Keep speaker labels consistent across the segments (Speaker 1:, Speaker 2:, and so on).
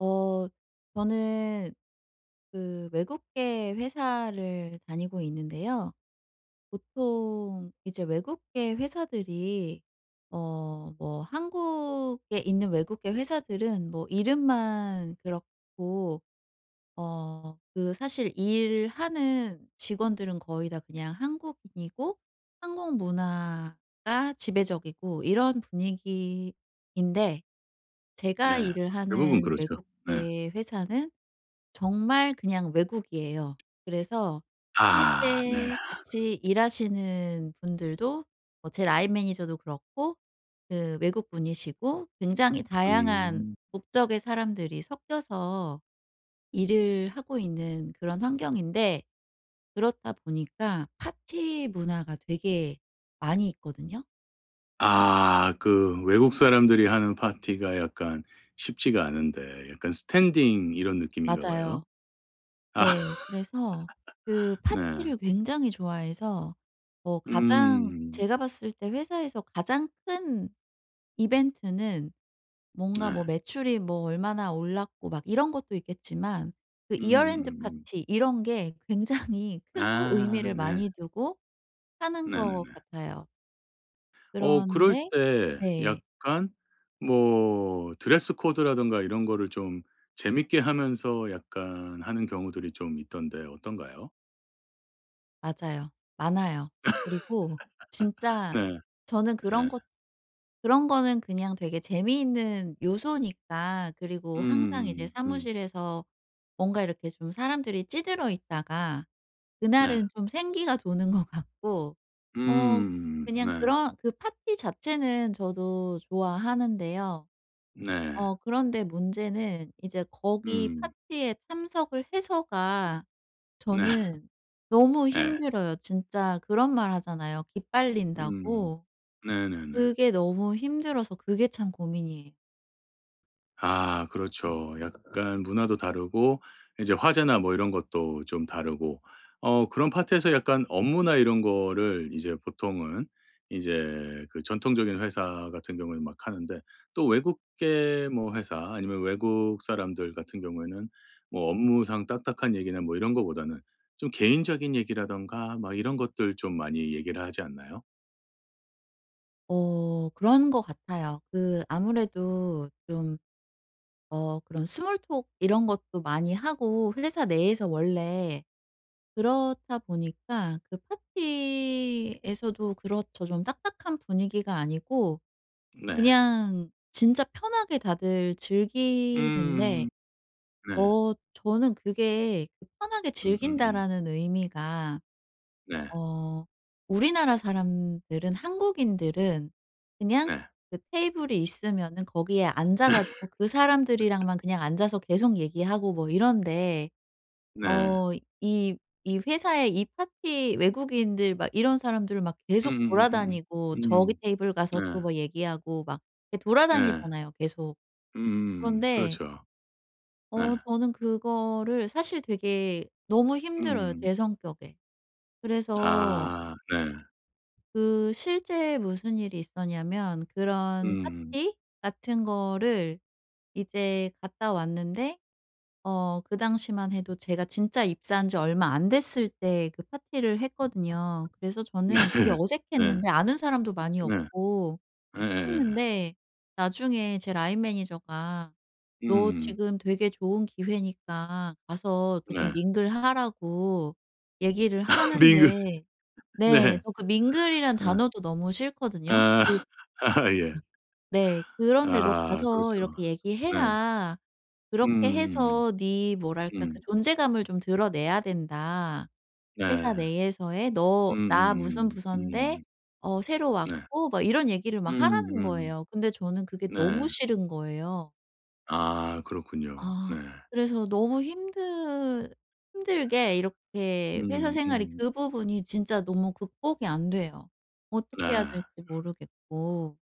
Speaker 1: 어 저는 그 외국계 회사를 다니고 있는데요. 보통 이제 외국계 회사들이, 뭐 한국에 있는 외국계 회사들은 뭐 이름만 그렇고, 그 사실 일하는 직원들은 거의 다 그냥 한국인이고, 한국 문화가 지배적이고 이런 분위기인데, 제가
Speaker 2: 네.
Speaker 1: 일을
Speaker 2: 대부분
Speaker 1: 하는
Speaker 2: 그렇죠. 네.
Speaker 1: 외국계 회사는 정말 그냥 외국이에요. 그래서
Speaker 2: 아 네.
Speaker 1: 실제 같이 일하시는 분들도, 뭐 제 라인 매니저도 그렇고, 그 외국분이시고 굉장히 다양한
Speaker 2: 음.
Speaker 1: 국적의 사람들이 섞여서 일을 하고 있는 그런 환경인데, 그렇다 보니까 파티 문화가 되게 많이 있거든요.
Speaker 2: 아 그 외국 사람들이 하는 파티가 약간 쉽지가 않은데 약간 스탠딩 이런 느낌인가 봐요.
Speaker 1: 맞아요.
Speaker 2: 아
Speaker 1: 네. 그래서 그
Speaker 2: 네.
Speaker 1: 파티를 굉장히 좋아해서, 뭐 가장
Speaker 2: 음.
Speaker 1: 제가 봤을 때 회사에서 가장 큰 이벤트는, 뭔가
Speaker 2: 네.
Speaker 1: 뭐 매출이 뭐 얼마나 올랐고 막 이런 것도 있겠지만, 그 이어랜드
Speaker 2: 음음음음.
Speaker 1: 파티 이런 게 굉장히 크고
Speaker 2: 아
Speaker 1: 의미를
Speaker 2: 네.
Speaker 1: 많이 두고 하는 것
Speaker 2: 네네네.
Speaker 1: 같아요.
Speaker 2: 어 그럴
Speaker 1: 그런데
Speaker 2: 때
Speaker 1: 네.
Speaker 2: 약간 뭐 드레스 코드라든가 이런 거를 좀 재밌게 하면서 약간 하는 경우들이 좀 있던데 어떤가요?
Speaker 1: 맞아요. 많아요. 그리고 진짜,
Speaker 2: 네.
Speaker 1: 저는 그런
Speaker 2: 예.
Speaker 1: 것 그런 거는 그냥 되게 재미있는 요소니까. 그리고 항상 이제
Speaker 2: 음. 음.
Speaker 1: 사무실에서 뭔가 이렇게 좀 사람들이 찌들어 있다가
Speaker 2: 네.
Speaker 1: 그날은 좀 생기가 도는 것 같고. 어
Speaker 2: 음.
Speaker 1: 그냥
Speaker 2: 네.
Speaker 1: 그런 그 파티 자체는 저도 좋아하는데요.
Speaker 2: 네.
Speaker 1: 그런데 문제는 이제 거기
Speaker 2: 음.
Speaker 1: 파티에 참석을 해서가,
Speaker 2: 네.
Speaker 1: 저는 너무
Speaker 2: 예.
Speaker 1: 힘들어요. 진짜 그런 말 하잖아요.
Speaker 2: 음.
Speaker 1: 기빨린다고.
Speaker 2: 네네네.
Speaker 1: 그게 너무 힘들어서 그게 참 고민이에요.
Speaker 2: 아 그렇죠. 약간 문화도 다르고 이제 화제나 뭐 이런 것도 좀 다르고 어 그런 파트에서 약간 업무나 이런 거를 이제 보통은 이제 그 전통적인 회사 같은 경우에는 막 하는데 또 외국계 뭐 회사 아니면 외국 사람들 같은 경우에는 뭐 업무상 딱딱한 얘기나 뭐 이런 거보다는 좀 개인적인 얘기라든가 막 이런 것들 좀 많이 얘기를 하지 않나요?
Speaker 1: 그런 것 같아요. 그 아무래도 좀, 그런 스몰 톡 이런 것도 많이 하고 회사 내에서 원래 그렇다 보니까 그 파티에서도 그렇죠. 좀 딱딱한 분위기가 아니고
Speaker 2: 네.
Speaker 1: 그냥 진짜 편하게 다들
Speaker 2: 음.
Speaker 1: 즐기는데,
Speaker 2: 네.
Speaker 1: 저는 그게 그 '편하게
Speaker 2: 음음음.
Speaker 1: 즐긴다.'라는 의미가,
Speaker 2: 네.
Speaker 1: 어 우리나라 사람들은, 한국인들은 그냥
Speaker 2: 네.
Speaker 1: 그 테이블이 있으면은 거기에 앉아 가지고 그 사람들이랑만 그냥 앉아서 계속 얘기하고 뭐 이런데,
Speaker 2: 네.
Speaker 1: 어 이 이 회사에 이 파티 외국인들 막 이런 사람들 막 계속
Speaker 2: 음음음음음.
Speaker 1: 돌아다니고,
Speaker 2: 음.
Speaker 1: 저기 테이블 가서
Speaker 2: 네.
Speaker 1: 또 뭐 얘기하고 막 이렇게
Speaker 2: 네.
Speaker 1: 돌아다니잖아요 계속. 그런데
Speaker 2: 그렇죠. 네.
Speaker 1: 저는 그거를 사실 되게 너무 힘들어요,
Speaker 2: 음.
Speaker 1: 제 성격에. 그래서
Speaker 2: 아 네.
Speaker 1: 그 실제 무슨 일이 있었냐면, 그런
Speaker 2: 음.
Speaker 1: 파티 같은 거를 이제 갔다 왔는데, 그 당시만 해도 제가 진짜 입사한 지 얼마 안 됐을 때 그 파티를 했거든요. 그래서
Speaker 2: 네.
Speaker 1: 저는 되게
Speaker 2: 네.
Speaker 1: 어색했는데, 아는 사람도 많이
Speaker 2: 네.
Speaker 1: 없고
Speaker 2: 예예예.
Speaker 1: 했는데, 나중에 제 라인 매니저가 "너
Speaker 2: 음.
Speaker 1: 지금 되게 좋은 기회니까 가서 이렇게 좀
Speaker 2: 네.
Speaker 1: 밍글하라고 얘기를
Speaker 2: 민그
Speaker 1: 하는데. 네.
Speaker 2: 네.
Speaker 1: 저 그 "mingle"이란
Speaker 2: 아.
Speaker 1: 단어도 너무 싫거든요.
Speaker 2: 아.
Speaker 1: 그
Speaker 2: 아 예.
Speaker 1: 네. "그런데 너
Speaker 2: 아
Speaker 1: 가서
Speaker 2: 그렇죠.
Speaker 1: 이렇게
Speaker 2: 네.
Speaker 1: 얘기해라. 그렇게
Speaker 2: 음음음.
Speaker 1: 해서 네 뭐랄까 그
Speaker 2: 음.
Speaker 1: 존재감을 좀 드러내야 된다.
Speaker 2: 네.
Speaker 1: 회사 내에서의 '너 나 무슨
Speaker 2: 음.
Speaker 1: 부서인데 새로
Speaker 2: 네.
Speaker 1: 왔고.' 막 이런 얘기를 막 하라는
Speaker 2: 음음.
Speaker 1: 거예요. 근데 저는 그게 너무
Speaker 2: 네.
Speaker 1: 싫은 거예요.
Speaker 2: 아 그렇군요. 네.
Speaker 1: 아. 그래서 너무 힘드 힘들게 이렇게 회사
Speaker 2: 음
Speaker 1: 생활이,
Speaker 2: 음.
Speaker 1: 그 부분이 진짜 너무 극복이 안 돼요. 어떻게 해야
Speaker 2: 네.
Speaker 1: 될지 모르겠고.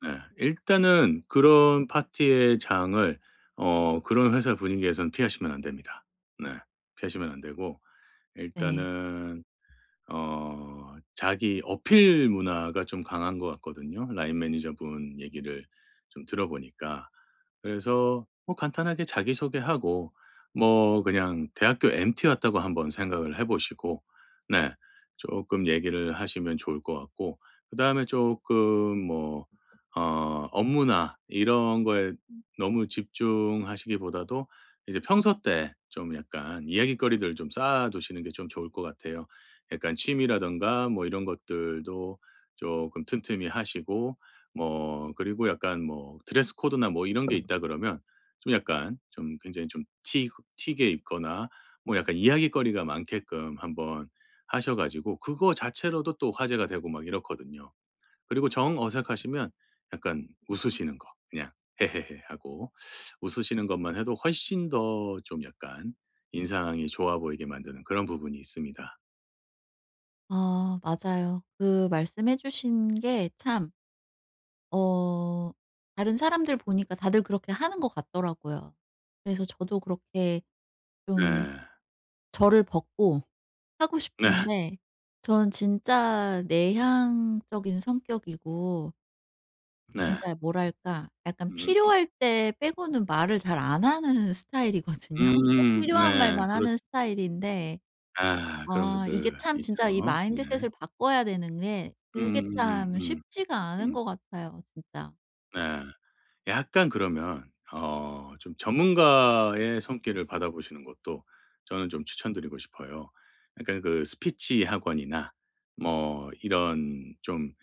Speaker 2: 네. 일단은 그런 파티의 장을 어 그런 회사 분위기에서는 피하시면 안 됩니다. 네. 피하시면 안 되고
Speaker 1: 네.
Speaker 2: 일단은 어 자기 어필 문화가 좀 강한 것 같거든요. 라인 매니저분 얘기를 좀 들어보니까. 그래서 뭐 간단하게 자기소개하고 뭐 그냥 대학교 MT 왔다고 한번 생각을 해 보시고 네. 조금 얘기를 하시면 좋을 것 같고 그다음에 조금 뭐 어 업무나 이런 거에 너무 집중하시기보다도 이제 평소 때 좀 약간 이야깃거리들 좀 쌓아 두시는 게 좀 좋을 것 같아요. 약간 취미라든가 뭐 이런 것들도 조금 틈틈이 하시고 뭐 그리고 약간 뭐 드레스 코드나 뭐 이런 게 있다 그러면 좀 약간 좀 굉장히 좀 튀 튀게 입거나 뭐 약간 이야깃거리가 많게끔 한번 하셔 가지고 그거 자체로도 또 화제가 되고 막 이렇거든요. 그리고 정 어색하시면 약간 웃으시는 거 그냥 "헤헤헤." 하고 웃으시는 것만 해도 훨씬 더 좀 약간 인상이 좋아 보이게 만드는 그런 부분이 있습니다.
Speaker 1: 아 맞아요. 그 말씀해 주신 게 참, 어 다른 사람들 보니까 다들 그렇게 하는 것 같더라고요. 그래서 저도 그렇게 좀
Speaker 2: 네.
Speaker 1: 저를 벗고 하고
Speaker 2: 네.
Speaker 1: 싶은데, 저는 진짜 내향적인 성격이고,
Speaker 2: 네.
Speaker 1: 진짜 뭐랄까 약간
Speaker 2: 음.
Speaker 1: 필요할 때 빼고는 말을 잘 안 하는 스타일이거든요. 꼭
Speaker 2: 음
Speaker 1: 필요한
Speaker 2: 네.
Speaker 1: 말만
Speaker 2: 그렇
Speaker 1: 하는 스타일인데,
Speaker 2: 아 그런
Speaker 1: 아 이게
Speaker 2: 분들
Speaker 1: 참
Speaker 2: 있죠.
Speaker 1: 진짜 이
Speaker 2: 네.
Speaker 1: 마인드셋을 바꿔야 되는 게, 그게 참
Speaker 2: 음음음음
Speaker 1: 쉽지가 않은
Speaker 2: 음.
Speaker 1: 것 같아요 진짜.
Speaker 2: 네. 약간 그러면 어 좀 전문가의 손길을 받아보시는 것도 저는 좀 추천드리고 싶어요. 약간 그 스피치 학원이나 뭐 이런 좀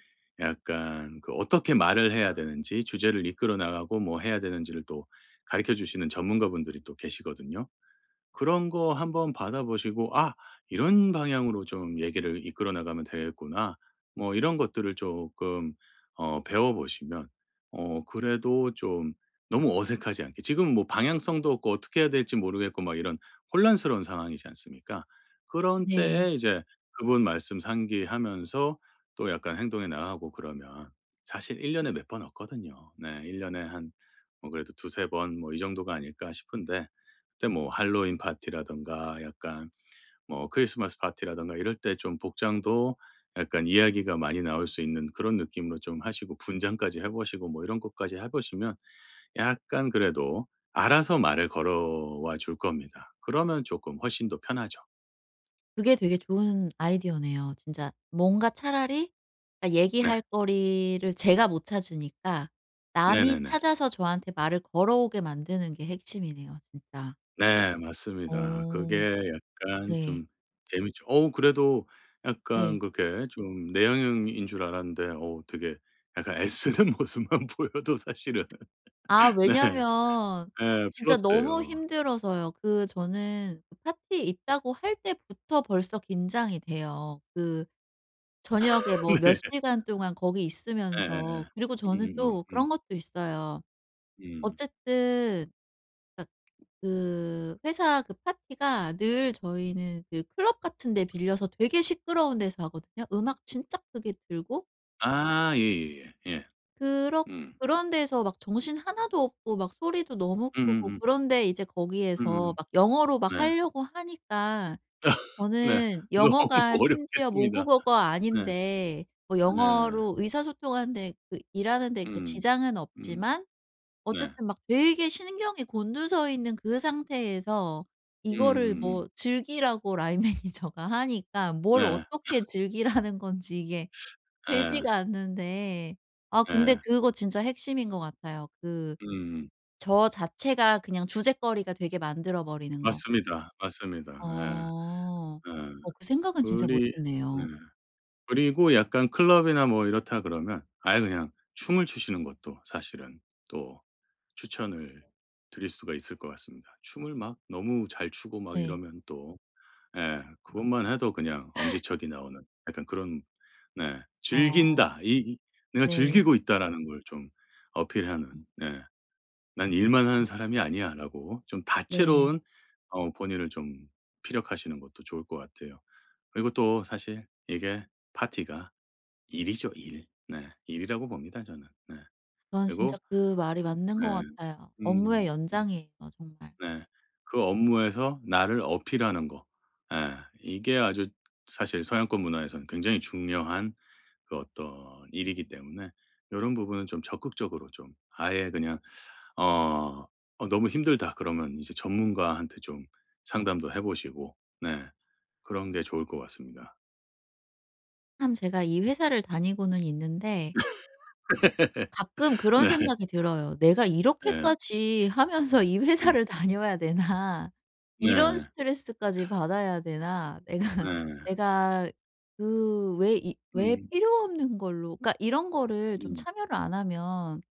Speaker 2: 약간 그 어떻게 말을 해야 되는지 주제를 이끌어 나가고 뭐 해야 되는지를 또 가르쳐 주시는 전문가분들이 또 계시거든요. 그런 거 한번 받아 보시고 '아 이런 방향으로 좀 얘기를 이끌어 나가면 되겠구나.' 뭐 이런 것들을 조금 어 배워 보시면 어 그래도 좀 너무 어색하지 않게 지금 뭐 방향성도 없고 어떻게 해야 될지 모르겠고 막 이런 혼란스러운 상황이지 않습니까? 그런
Speaker 1: 네.
Speaker 2: 때에 이제 그분 말씀 상기하면서 또 약간 행동에 나가고 그러면 사실 1 년에 몇 번 없거든요. 네. 1 년에 한 뭐 그래도 두세 번 뭐 이 정도가 아닐까 싶은데 때 뭐 할로윈 파티라든가 약간 뭐 크리스마스 파티라든가 이럴 때 좀 복장도 약간 이야기가 많이 나올 수 있는 그런 느낌으로 좀 하시고 분장까지 해 보시고 뭐 이런 것까지 해 보시면 약간 그래도 알아서 말을 걸어와 줄 겁니다. 그러면 조금 훨씬 더 편하죠.
Speaker 1: 그게 되게 좋은 아이디어네요. 진짜 뭔가 차라리, 그러니까
Speaker 2: 네.
Speaker 1: 얘기할 거리를 제가 못 찾으니까, 남이
Speaker 2: 네네네.
Speaker 1: 찾아서 저한테 말을 걸어오게 만드는 게 핵심이네요 진짜.
Speaker 2: 네 맞습니다.
Speaker 1: 어
Speaker 2: 그게 약간
Speaker 1: 네.
Speaker 2: 좀 재밌죠. 어우 그래도 약간
Speaker 1: 네.
Speaker 2: 그렇게 좀 내향형인 줄 알았는데 어우 되게 약간 애쓰는 모습만 보여도 사실은
Speaker 1: 아
Speaker 2: 네.
Speaker 1: 왜냐면
Speaker 2: 예.
Speaker 1: 진짜 너무
Speaker 2: 플러스예요.
Speaker 1: 힘들어서요. 그 저는 그 파티 있다고 할 때부터 벌써 긴장이 돼요. 그 저녁에 뭐 몇
Speaker 2: 네.
Speaker 1: 시간 동안 거기 있으면서,
Speaker 2: 예예예.
Speaker 1: 그리고 저는
Speaker 2: 음음음 음
Speaker 1: 또
Speaker 2: 음.
Speaker 1: 그런 것도 있어요.
Speaker 2: 음, 음.
Speaker 1: 어쨌든 그 회사 그 파티가 늘 저희는 그 클럽 같은 데 빌려서 되게 시끄러운 데서 하거든요. 음악 진짜 크게 틀고,
Speaker 2: 아 예예예. 예. 예, 예.
Speaker 1: 그렇
Speaker 2: 음.
Speaker 1: 그런 데서 막 정신 하나도 없고 막 소리도 너무 크고,
Speaker 2: 음음음.
Speaker 1: 그런데 이제 거기에서
Speaker 2: 음음.
Speaker 1: 막 영어로 막
Speaker 2: 네.
Speaker 1: 하려고 하니까,
Speaker 2: 네.
Speaker 1: 저는
Speaker 2: 너무
Speaker 1: 영어가 심지어
Speaker 2: 어렵겠습니다.
Speaker 1: 모국어가
Speaker 2: 네.
Speaker 1: 아닌데, 뭐
Speaker 2: 네.
Speaker 1: 영어로 의사소통하는데 그 일하는 데 이렇게
Speaker 2: 음.
Speaker 1: 지장은
Speaker 2: 음.
Speaker 1: 없지만,
Speaker 2: 네.
Speaker 1: 어쨌든 막 되게 신경이 곤두서 있는 그 상태에서 이거를
Speaker 2: 음음음.
Speaker 1: 뭐 즐기라고 라인 매니저가 하니까, 뭘
Speaker 2: 네.
Speaker 1: 어떻게 즐기라는 건지 이게
Speaker 2: 예.
Speaker 1: 되지가 않는데. 아 근데
Speaker 2: 예.
Speaker 1: 그거 진짜 핵심인 것 같아요. 그
Speaker 2: 음.
Speaker 1: 저 자체가 그냥 주제거리가 되게 만들어 버리는 거.
Speaker 2: 맞습니다, 맞습니다. 예.
Speaker 1: 어.
Speaker 2: 예.
Speaker 1: 그 생각은 진짜 못
Speaker 2: 그리 네.
Speaker 1: 했네요.
Speaker 2: 그리고 약간 클럽이나 뭐 이렇다 그러면 아예 그냥 춤을 추시는 것도 사실은 또 추천을 드릴 수가 있을 것 같습니다. 춤을 막 너무 잘 추고 막
Speaker 1: 네.
Speaker 2: 이러면 또 예 그것만 해도 그냥 엄지척이 나오는 약간 그런 네
Speaker 1: 어
Speaker 2: '즐긴다.' 이 '내가
Speaker 1: 네.
Speaker 2: 즐기고 있다.'라는 걸 좀
Speaker 1: 어
Speaker 2: 어필하는 네. "난 일만 하는 사람이 아니야."라고 좀
Speaker 1: 네.
Speaker 2: 다채로운 어 본인을 좀 피력하시는 것도 좋을 것 같아요. 그리고 또 사실 이게 파티가 일이죠, 일. 네. 일이라고 봅니다 저는. 네.
Speaker 1: 전 진짜
Speaker 2: 그리고
Speaker 1: 그 말이 맞는 것
Speaker 2: 네.
Speaker 1: 같아요.
Speaker 2: 음
Speaker 1: 업무의 연장이에요 정말.
Speaker 2: 네. 그 업무에서 나를 어필하는 거. 예. 이게 아주 사실 서양권 문화에서는 굉장히 중요한 그 어떤 일이기 때문에 이런 부분은 좀 적극적으로 좀 아예 그냥 어 "어 너무 힘들다." 그러면 이제 전문가한테 좀 상담도 해 보시고 네 그런 게 좋을 것 같습니다.
Speaker 1: 참 제가 이 회사를 다니고는 있는데, 가끔 그런
Speaker 2: 네.
Speaker 1: 생각이 들어요. '내가
Speaker 2: 네.
Speaker 1: 이렇게까지 하면서 이
Speaker 2: 음.
Speaker 1: 회사를 다녀야 되나? 이런
Speaker 2: 네.
Speaker 1: 스트레스까지 받아야 되나? 내가
Speaker 2: 네.
Speaker 1: 내가 그 왜 이 왜
Speaker 2: 음.
Speaker 1: 필요 없는 걸로.' 그러니까 이런 거를 좀
Speaker 2: 음.
Speaker 1: 참여를 안 하면,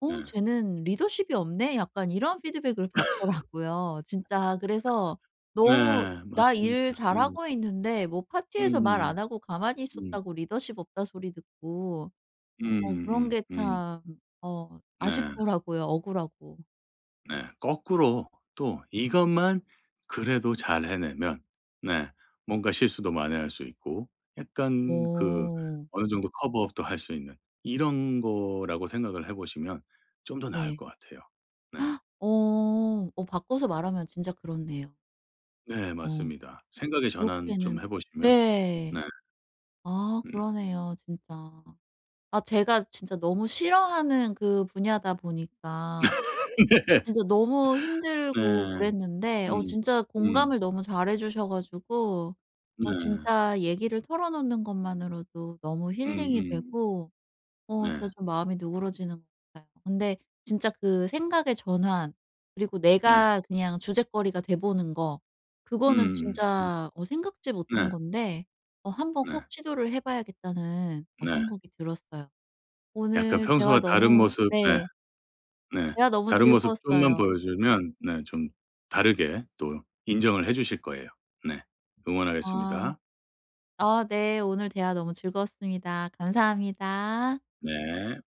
Speaker 1: '어
Speaker 2: 네.
Speaker 1: 쟤는 리더십이 없네?' 약간 이런 피드백을 받더라고요. 진짜 그래서 너무.
Speaker 2: 네.
Speaker 1: 나
Speaker 2: 맞습니다.
Speaker 1: 일
Speaker 2: 네.
Speaker 1: 잘하고 있는데 뭐 파티에서 말
Speaker 2: 음음.
Speaker 1: 안 하고 가만히
Speaker 2: 음.
Speaker 1: 있었다고 리더십 없다 소리 듣고,
Speaker 2: 음음.
Speaker 1: 그런
Speaker 2: 음.
Speaker 1: 게 참
Speaker 2: 네.
Speaker 1: 아쉽더라고요, 억울하고.
Speaker 2: 네. 거꾸로 또 이것만 그래도 잘 해내면 네. 뭔가 실수도 만회할 수 있고 약간 그
Speaker 1: 어
Speaker 2: 어느 정도 커버업도 할 수 있는 이런 거라고 생각을 해 보시면 좀 더 나을
Speaker 1: 네.
Speaker 2: 것 같아요. 네.
Speaker 1: 어. 바꿔서 말하면 진짜 그렇네요.
Speaker 2: 네
Speaker 1: 어
Speaker 2: 맞습니다. 생각의 전환 좀 해
Speaker 1: 이렇게는.
Speaker 2: 보시면
Speaker 1: 네.
Speaker 2: 네.
Speaker 1: 아
Speaker 2: 음.
Speaker 1: 그러네요, 진짜. 아 제가 진짜 너무 싫어하는 그 분야다 보니까 진짜 너무 힘들고
Speaker 2: 네.
Speaker 1: 그랬는데,
Speaker 2: 음.
Speaker 1: 진짜
Speaker 2: 음.
Speaker 1: 공감을 너무 잘해 주셔 가지고,
Speaker 2: 네.
Speaker 1: 진짜 얘기를 털어놓는 것만으로도 너무 힐링이
Speaker 2: 음음.
Speaker 1: 되고, 진짜
Speaker 2: 네.
Speaker 1: 좀 마음이 누그러지는 것 같아요. 근데 진짜 그 생각의 전환, 그리고
Speaker 2: 네.
Speaker 1: 내가 그냥 주제거리가 돼 보는 거, 그거는
Speaker 2: 음음. 네.
Speaker 1: 진짜 생각지
Speaker 2: 네.
Speaker 1: 못한
Speaker 2: 네.
Speaker 1: 건데, '한번
Speaker 2: 네.
Speaker 1: 꼭 시도를 해 봐야겠다.'는
Speaker 2: 네.
Speaker 1: 생각이 들었어요.
Speaker 2: 약간
Speaker 1: 오늘 대화
Speaker 2: 평소와 다른
Speaker 1: 너무.
Speaker 2: 모습 네.
Speaker 1: 네.
Speaker 2: 네.
Speaker 1: 대화 너무
Speaker 2: 다른 모습 좀만
Speaker 1: 즐거웠어요.
Speaker 2: 보여주면 네 좀 다르게 또 인정을 해 주실 거예요. 네.
Speaker 1: 아.
Speaker 2: 응원하겠습니다.
Speaker 1: 아 네. 오늘 대화 너무 즐거웠습니다. 감사합니다.
Speaker 2: 네.